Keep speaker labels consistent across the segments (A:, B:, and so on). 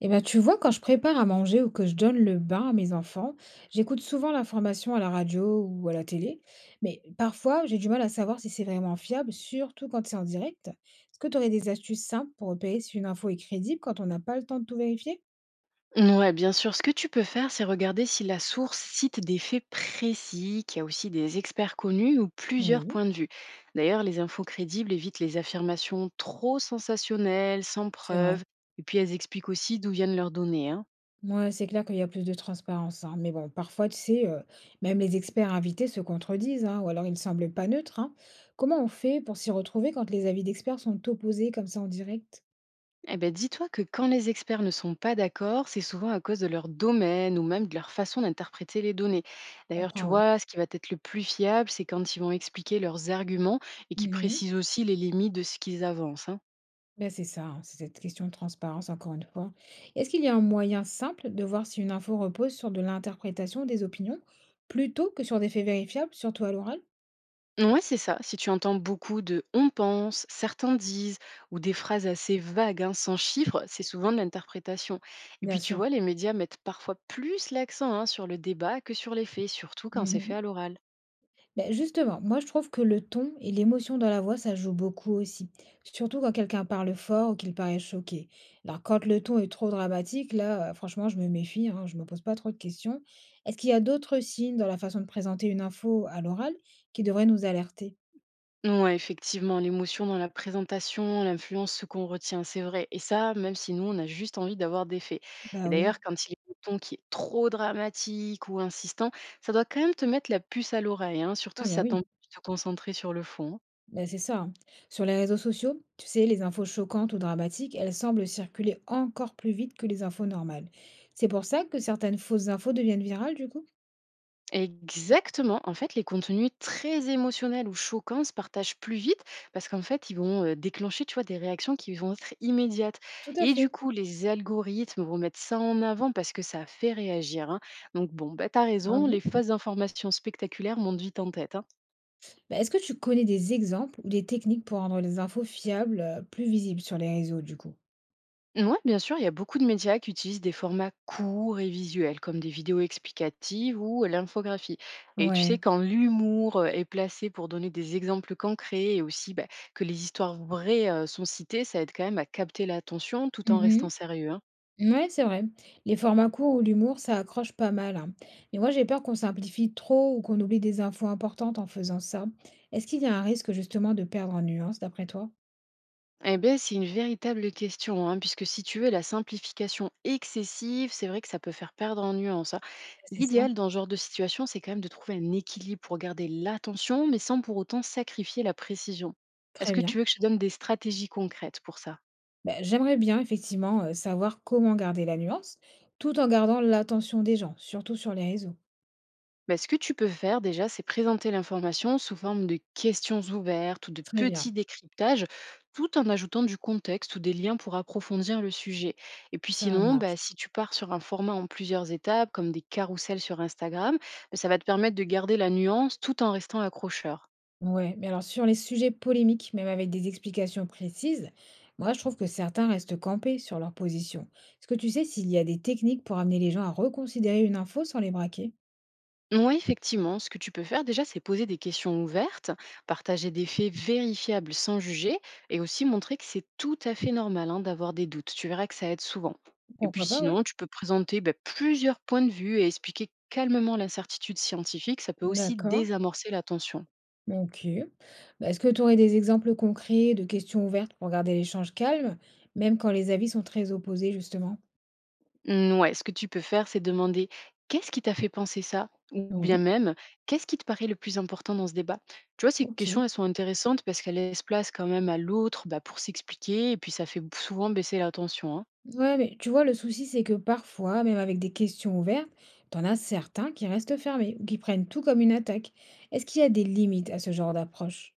A: Eh ben, tu vois, quand je prépare à manger ou que je donne le bain à mes enfants, j'écoute souvent l'information à la radio ou à la télé, mais parfois j'ai du mal à savoir si c'est vraiment fiable, surtout quand c'est en direct. Est-ce que tu aurais des astuces simples pour repérer si une info est crédible quand on n'a pas le temps de tout vérifier?
B: Ouais, bien sûr. Ce que tu peux faire, c'est regarder si la source cite des faits précis, qu'il y a aussi des experts connus ou plusieurs
A: Oui.
B: points de vue. D'ailleurs, les infos crédibles évitent les affirmations trop sensationnelles, sans
A: C'est vrai.
B: preuve, et puis elles expliquent aussi d'où viennent leurs données, hein.
A: Moi c'est clair qu'il y a plus de transparence, hein. Mais bon, parfois, tu sais, même les experts invités se contredisent, hein, ou alors ils ne semblent pas neutres, hein. Comment on fait pour s'y retrouver quand les avis d'experts sont opposés comme ça en direct?
B: Eh ben, dis-toi que quand les experts ne sont pas d'accord, c'est souvent à cause de leur domaine ou même de leur façon d'interpréter les données.
A: Je
B: D'ailleurs, tu
A: comprends, ouais.
B: vois, ce qui va être le plus fiable, c'est quand ils vont expliquer leurs arguments et qui
A: Mhm.
B: précisent aussi les limites de ce qu'ils avancent, hein.
A: Ben c'est ça, hein, c'est cette question de transparence, encore une fois. Est-ce qu'il y a un moyen simple de voir si une info repose sur de l'interprétation des opinions plutôt que sur des faits vérifiables, surtout à l'oral?
B: Ouais, c'est ça. Si tu entends beaucoup de on pense, certains disent, ou des phrases assez vagues, hein, sans chiffres, c'est souvent de l'interprétation. Et
A: Bien
B: puis tu
A: sûr.
B: vois, les médias mettent parfois plus l'accent hein, sur le débat que sur les faits, surtout quand c'est fait
A: Mhm.
B: à l'oral.
A: Ben, justement, moi je trouve que le ton et l'émotion dans la voix, ça joue beaucoup aussi. Surtout quand quelqu'un parle fort ou qu'il paraît choqué. Alors quand le ton est trop dramatique, là, franchement, je me méfie, hein, je me pose pas trop de questions. Est-ce qu'il y a d'autres signes dans la façon de présenter une info à l'oral qui devraient nous alerter?
B: Ouais, effectivement, l'émotion dans la présentation, l'influence, ce qu'on retient, c'est vrai. Et ça, même si nous, on a juste envie d'avoir des faits. Et
A: Bah oui.
B: d'ailleurs, quand il est un ton qui est trop dramatique ou insistant, ça doit quand même te mettre la puce à l'oreille, hein, surtout
A: Ah
B: si
A: ben
B: ça
A: oui.
B: t'empêche de te concentrer sur le fond.
A: Ben, c'est ça, hein. Sur les réseaux sociaux, tu sais, les infos choquantes ou dramatiques, elles semblent circuler encore plus vite que les infos normales. C'est pour ça que certaines fausses infos deviennent virales, du coup?
B: Exactement. En fait, les contenus très émotionnels ou choquants se partagent plus vite parce qu'en fait, ils vont déclencher, tu vois, des réactions qui vont être immédiates.
A: Tout à
B: Et du
A: fait.
B: coup, les algorithmes vont mettre ça en avant parce que ça fait réagir, hein. Donc, bon, bah, t'as
A: Ah
B: raison, les
A: oui?
B: fausses informations spectaculaires montent vite en tête, hein.
A: Ben, est-ce que tu connais des exemples ou des techniques pour rendre les infos fiables, plus visibles sur les réseaux, du coup?
B: Mouais, bien sûr, il y a beaucoup de médias qui utilisent des formats courts et visuels, comme des vidéos explicatives ou l'infographie. Et tu sais,
A: Ouais.
B: quand l'humour est placé pour donner des exemples concrets et aussi bah, que les histoires vraies sont citées, ça aide quand même à capter l'attention tout en restant
A: Mhm.
B: sérieux, hein.
A: Ouais, c'est vrai. Les formats courts ou l'humour, ça accroche pas mal, hein. Mais moi, j'ai peur qu'on simplifie trop ou qu'on oublie des infos importantes en faisant ça. Est-ce qu'il y a un risque justement de perdre en nuance, d'après toi?
B: Eh ben, c'est une véritable question, hein, puisque si tu veux la simplification excessive, c'est vrai que ça peut faire perdre en nuance, hein.
A: C'est ça.
B: L'idéal dans ce genre de situation, c'est quand même de trouver un équilibre pour garder l'attention, mais sans pour autant sacrifier la précision. Est-ce
A: Très
B: que
A: bien.
B: tu veux que je te donne des stratégies concrètes pour ça?
A: Bah, j'aimerais bien effectivement savoir comment garder la nuance, tout en gardant l'attention des gens, surtout sur les réseaux.
B: Bah, ce que tu peux faire déjà, c'est présenter l'information sous forme de questions ouvertes ou de
A: Très bien,
B: petits décryptages, tout en ajoutant du contexte ou des liens pour approfondir le sujet. Et puis
A: ça
B: sinon, bah,
A: marche.
B: si tu pars sur un format en plusieurs étapes, comme des carousels sur Instagram, bah, ça va te permettre de garder la nuance tout en restant accrocheur.
A: Ouais, mais alors sur les sujets polémiques, même avec des explications précises, moi je trouve que certains restent campés sur leur position. Est-ce que tu sais s'il y a des techniques pour amener les gens à reconsidérer une info sans les braquer?
B: Oui, effectivement, ce que tu peux faire déjà, c'est poser des questions ouvertes, partager des faits vérifiables sans juger et aussi montrer que c'est tout à fait normal hein, d'avoir des doutes. Tu verras que ça aide souvent. Et puis
A: Pourquoi pas, ouais.
B: sinon, tu peux présenter bah, plusieurs points de vue et expliquer calmement l'incertitude scientifique. Ça peut aussi
A: D'accord.
B: désamorcer la tension.
A: Ok. Bah, est-ce que tu aurais des exemples concrets de questions ouvertes pour garder l'échange calme, même quand les avis sont très opposés, justement?
B: Mmh, ouais, ce que tu peux faire, c'est demander: «Qu'est-ce qui t'a fait penser ça?» ou bien
A: Oui.
B: même: «Qu'est-ce qui te paraît le plus important dans ce débat?» Tu vois, ces
A: OK.
B: questions, elles sont intéressantes parce qu'elles laissent place quand même à l'autre, bah, pour s'expliquer et puis ça fait souvent baisser la tension, hein.
A: Ouais, mais tu vois, le souci, c'est que parfois, même avec des questions ouvertes, t'en as certains qui restent fermés ou qui prennent tout comme une attaque. Est-ce qu'il y a des limites à ce genre d'approche?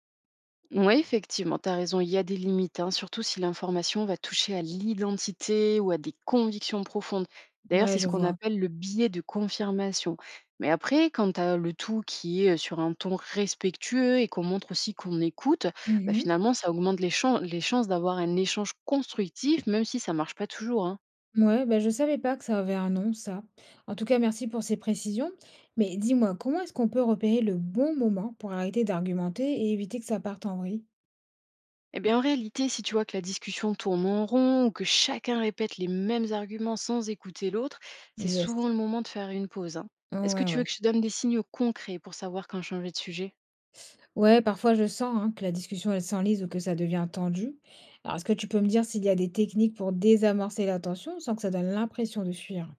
B: Oui, effectivement, tu as raison, il y a des limites, hein, surtout si l'information va toucher à l'identité ou à des convictions profondes. D'ailleurs,
A: Ouais,
B: c'est
A: je
B: ce qu'on
A: vois.
B: appelle le biais de confirmation. Mais après, quand tu as le tout qui est sur un ton respectueux et qu'on montre aussi qu'on écoute, bah,
A: Mhm.
B: finalement, ça augmente les chances d'avoir un échange constructif, même si ça marche pas toujours, hein.
A: Ouais, bah, je savais pas que ça avait un nom, ça. En tout cas, merci pour ces précisions. Mais dis-moi, comment est-ce qu'on peut repérer le bon moment pour arrêter d'argumenter et éviter que ça parte en vrille?
B: Eh bien, en réalité, si tu vois que la discussion tourne en rond ou que chacun répète les mêmes arguments sans écouter l'autre, c'est
A: Yes.
B: souvent le moment de faire une pause, hein. Est-ce que
A: Ouais,
B: tu veux
A: ouais.
B: que je te donne des signaux concrets pour savoir quand changer de sujet?
A: Ouais, parfois je sens hein, que la discussion elle s'enlise ou que ça devient tendu. Alors, est-ce que tu peux me dire s'il y a des techniques pour désamorcer la tension sans que ça donne l'impression de fuir?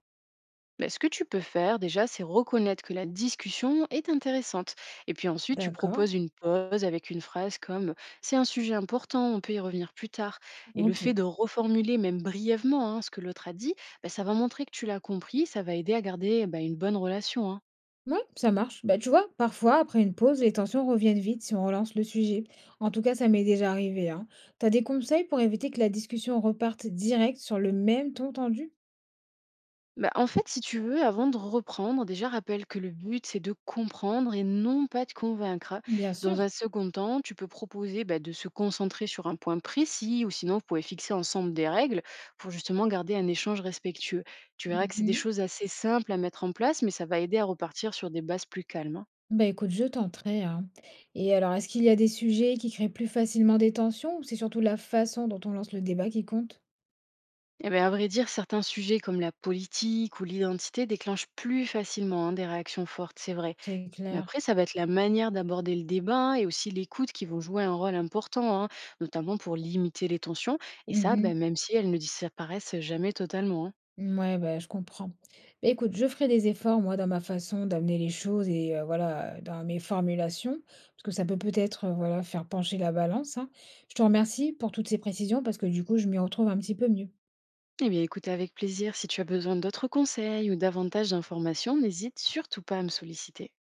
B: Ben, ce que tu peux faire déjà, c'est reconnaître que la discussion est intéressante. Et puis ensuite, tu
A: D'accord,
B: proposes une pause avec une phrase comme: «C'est un sujet important, on peut y revenir plus tard.» Et le
A: ok.
B: fait de reformuler même brièvement hein, ce que l'autre a dit, ben, ça va montrer que tu l'as compris, ça va aider à garder ben, une bonne relation, hein.
A: Ouais, ça marche. Bah, tu vois, parfois, après une pause, les tensions reviennent vite si on relance le sujet. En tout cas, ça m'est déjà arrivé, hein. T'as des conseils pour éviter que la discussion reparte direct sur le même ton tendu?
B: Bah, en fait, si tu veux, avant de reprendre, déjà rappelle que le but, c'est de comprendre et non pas de convaincre.
A: Bien sûr.
B: Dans un second temps, tu peux proposer bah, de se concentrer sur un point précis ou sinon, vous pouvez fixer ensemble des règles pour justement garder un échange respectueux. Tu verras que c'est des
A: Mhm.
B: choses assez simples à mettre en place, mais ça va aider à repartir sur des bases plus calmes, hein.
A: Bah, écoute, je tenterai, hein. Et alors, est-ce qu'il y a des sujets qui créent plus facilement des tensions ou c'est surtout la façon dont on lance le débat qui compte?
B: Eh ben, à vrai dire, certains sujets comme la politique ou l'identité déclenchent plus facilement hein, des réactions fortes, c'est vrai.
A: C'est
B: Mais
A: clair.
B: après, ça va être la manière d'aborder le débat hein, et aussi l'écoute qui vont jouer un rôle important, hein, notamment pour limiter les tensions. Et ça,
A: Mhm.
B: ben, même si elles ne disparaissent jamais totalement, hein.
A: Ouais, bah, je comprends. Bah, écoute, je ferai des efforts, moi, dans ma façon d'amener les choses et voilà, dans mes formulations, parce que ça peut peut-être voilà, faire pencher la balance, hein. Je te remercie pour toutes ces précisions parce que du coup, je m'y retrouve un petit peu mieux.
B: Eh bien, écoute avec plaisir. Si tu as besoin d'autres conseils ou davantage d'informations, n'hésite surtout pas à me solliciter.